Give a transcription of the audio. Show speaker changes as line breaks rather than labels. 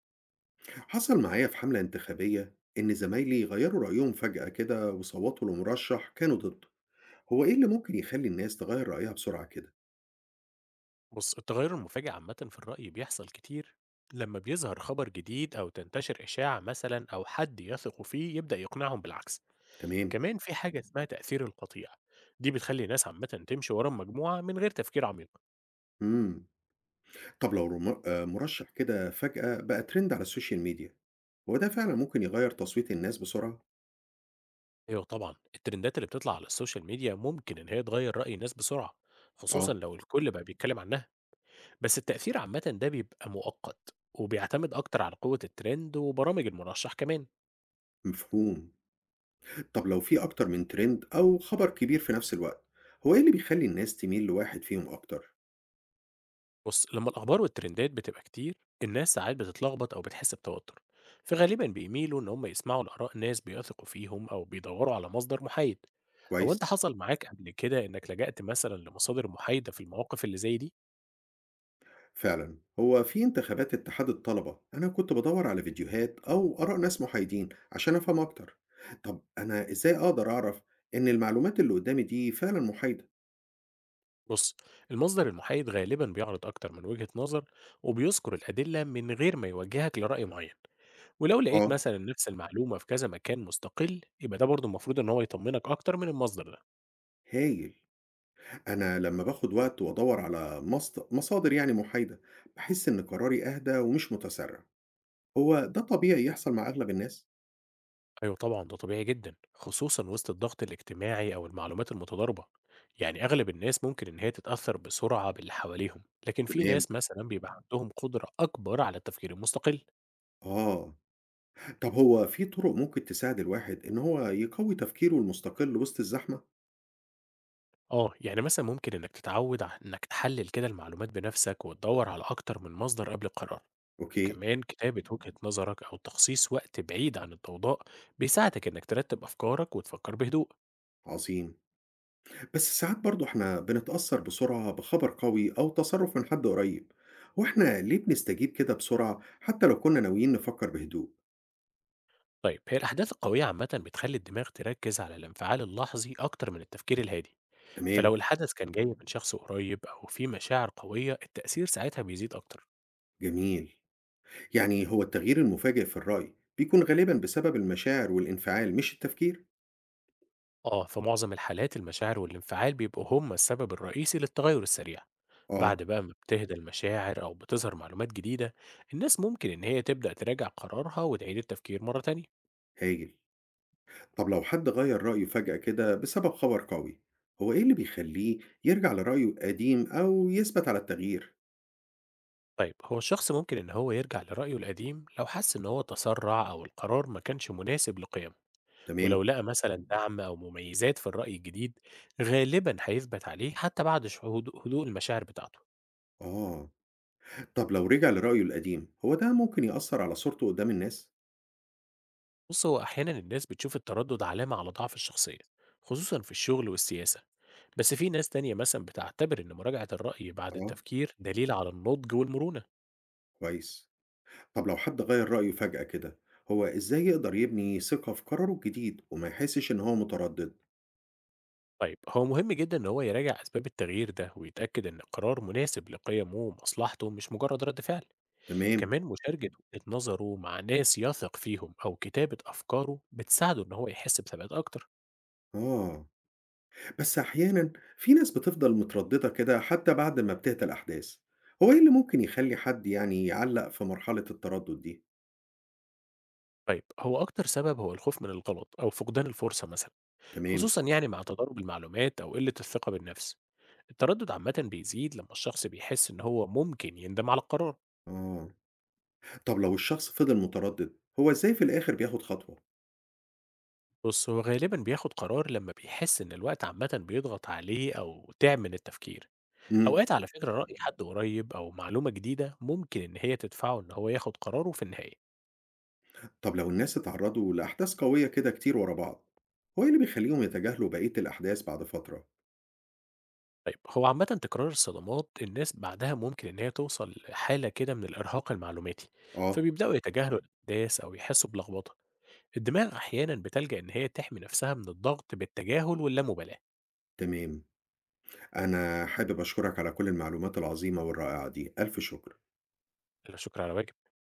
حصل معايا في حملة انتخابية إن زمايلي غيروا رأيهم فجأة كده وصوتوا لمرشح كانوا ضده، هو إيه اللي ممكن يخلي الناس تغير رأيها بسرعة كده؟
بص، التغير المفاجئ عامة في الرأي بيحصل كتير لما بيظهر خبر جديد أو تنتشر إشاعة مثلا أو حد يثقوا فيه يبدأ يقنعهم بالعكس.
تمام؟
كمان في حاجة اسمها تأثير القطيع، دي بتخلي الناس عامة تمشي ورا المجموعة من غير تفكير عميق.
مم. طب لو رم... آه، مرشح كده فجأة بقى ترند على السوشيال ميديا، هو ده فعلا ممكن يغير تصويت الناس بسرعة؟
أيوة طبعا الترندات اللي بتطلع على السوشيال ميديا ممكن إن هي تغير رأي الناس بسرعة، خصوصا
آه،
لو الكل بقى بيتكلم عنها. بس التأثير عامة ده بيبقى مؤقت، وبيعتمد أكتر على قوة الترند وبرامج المرشح كمان.
مفهوم. طب لو في أكتر من ترند أو خبر كبير في نفس الوقت، هو إيه اللي بيخلي الناس تميل لواحد فيهم أكتر؟
بص، لما الأخبار والترندات بتبقى كتير، الناس ساعات بتتلخبط أو بتحس بتوتر، فغالبا بيميلوا إن هم يسمعوا لآراء ناس بيثقوا فيهم أو بيدوروا على مصدر محايد. أو
كويس؟
أنت حصل معاك قبل كده إنك لجأت مثلا لمصادر محايدة في المواقف اللي زي دي؟
فعلا، هو في انتخابات اتحاد الطلبة أنا كنت بدور على فيديوهات أو آراء ناس محايدين عشان أفهم أكتر. طب أنا إزاي أقدر أعرف إن المعلومات اللي قدامي دي فعلا محايدة؟
بص، المصدر المحايد غالبا بيعرض أكتر من وجهة نظر، وبيذكر الأدلة من غير ما يوجهك لرأي معين. ولو لقيت
اه،
مثلا نفس المعلومة في كذا مكان مستقل، يبقى ده برضه المفروض إن هو يطمنك أكتر من المصدر ده.
هايل. أنا لما باخد وقت وأدور على مصادر يعني محايدة، بحس إن قراري أهدى ومش متسرع. هو ده طبيعي يحصل مع أغلب الناس؟
أيوة طبعا ده طبيعي جدا، خصوصا وسط الضغط الاجتماعي أو المعلومات المتضاربة. يعني أغلب الناس ممكن إن هي تتأثر بسرعة باللي حواليهم، لكن في
تمام.
ناس مثلا بيبقى عندهم قدرة أكبر على التفكير المستقل.
آه. طب هو في طرق ممكن تساعد الواحد إن هو يقوي تفكيره المستقل وسط الزحمة؟
آه يعني مثلا ممكن إنك تتعود على إنك تحلل كده المعلومات بنفسك، وتدور على أكتر من مصدر قبل القرار.
أوكي.
كمان كتابة وجهة نظرك أو تخصيص وقت بعيد عن الضوضاء بيساعدك إنك ترتب أفكارك وتفكر بهدوء.
عظيم. بس ساعات برضو احنا بنتأثر بسرعة بخبر قوي أو تصرف من حد قريب، هو احنا ليه بنستجيب كده بسرعة حتى لو كنا ناويين نفكر بهدوء؟
طيب هي الأحداث القوية عامة بتخلي الدماغ تركز على الانفعال اللحظي أكتر من التفكير الهادي.
تمام.
فلو الحدث كان جاي من شخص قريب أو في مشاعر قوية، التأثير ساعتها بيزيد أكتر.
جميل. يعني هو التغيير المفاجئ في الرأي بيكون غالبا بسبب المشاعر والانفعال مش التفكير؟
آه في معظم الحالات المشاعر والانفعال بيبقوا هما السبب الرئيسي للتغير السريع.
اه،
بعد بقى ما بتهدى المشاعر أو بتظهر معلومات جديدة، الناس ممكن إن هي تبدأ تراجع قرارها وتعيد التفكير مرة تانية.
هايل. طب لو حد غير رأيه فجأة كده بسبب خبر قوي، هو ايه اللي بيخليه يرجع لرأيه القديم أو يثبت على التغيير؟
طيب هو الشخص ممكن إن هو يرجع لرأيه القديم لو حس إن هو تسرع أو القرار ما كانش مناسب لقيمه.
تمام.
ولو لقى مثلا دعم أو مميزات في الرأي الجديد، غالبا هيثبت عليه حتى بعد هدوء المشاعر بتاعته.
اه. طب لو رجع لرأيه القديم، هو ده ممكن يأثر على صورته قدام الناس؟
بص، هو أحيانا الناس بتشوف التردد علامة على ضعف الشخصية، خصوصا في الشغل والسياسة. بس في ناس تانية مثلا بتعتبر إن مراجعة الرأي بعد
اه،
التفكير دليل على النضج والمرونة.
كويس. طب لو حد غير رأيه فجأة كده، هو إزاي يقدر يبني ثقة في قراره الجديد وما يحسش إن هو متردد؟
طيب هو مهم جدا إن هو يراجع أسباب التغيير ده ويتأكد إن القرار مناسب لقيمه ومصلحته مش مجرد رد فعل.
تمام.
كمان مشاركة وجهة نظره مع ناس يثق فيهم أو كتابة أفكاره بتساعده إن هو يحس بثبات أكتر.
آه. بس أحيانا في ناس بتفضل مترددة كده حتى بعد ما بتهدى الأحداث، هو إيه اللي ممكن يخلي حد يعني يعلق في مرحلة التردد دي؟
طيب هو أكتر سبب هو الخوف من الغلط أو فقدان الفرصة مثلا،
تمام.
خصوصا يعني مع تضارب المعلومات أو قلة الثقة بالنفس. التردد عامة بيزيد لما الشخص بيحس إن هو ممكن يندم على القرار.
آه. طب لو الشخص فضل متردد، هو إزاي في الآخر بياخد خطوة؟
بص، هو غالبا بياخد قرار لما بيحس إن الوقت عامة بيضغط عليه أو تعب من التفكير.
مم.
أوقات على فكرة رأي حد قريب أو معلومة جديدة ممكن إن هي تدفعه إن هو ياخد قراره في النهاية.
طب لو الناس اتعرضوا لأحداث قوية كده كتير ورا بعض، هو إيه اللي بيخليهم يتجاهلوا بقية الأحداث بعد فترة؟
طيب هو عامة تكرار الصدمات الناس بعدها ممكن إن هي توصل لحالة كده من الإرهاق المعلوماتي،
آه.
فبيبدأوا يتجاهلوا الأحداث أو يحسوا بلخبطة. الدماغ أحيانا بتلجأ إن هي تحمي نفسها من الضغط بالتجاهل واللامبالاة.
تمام. أنا حابب أشكرك على كل المعلومات العظيمة والرائعة دي، ألف شكر.
لا شكرا على واجب.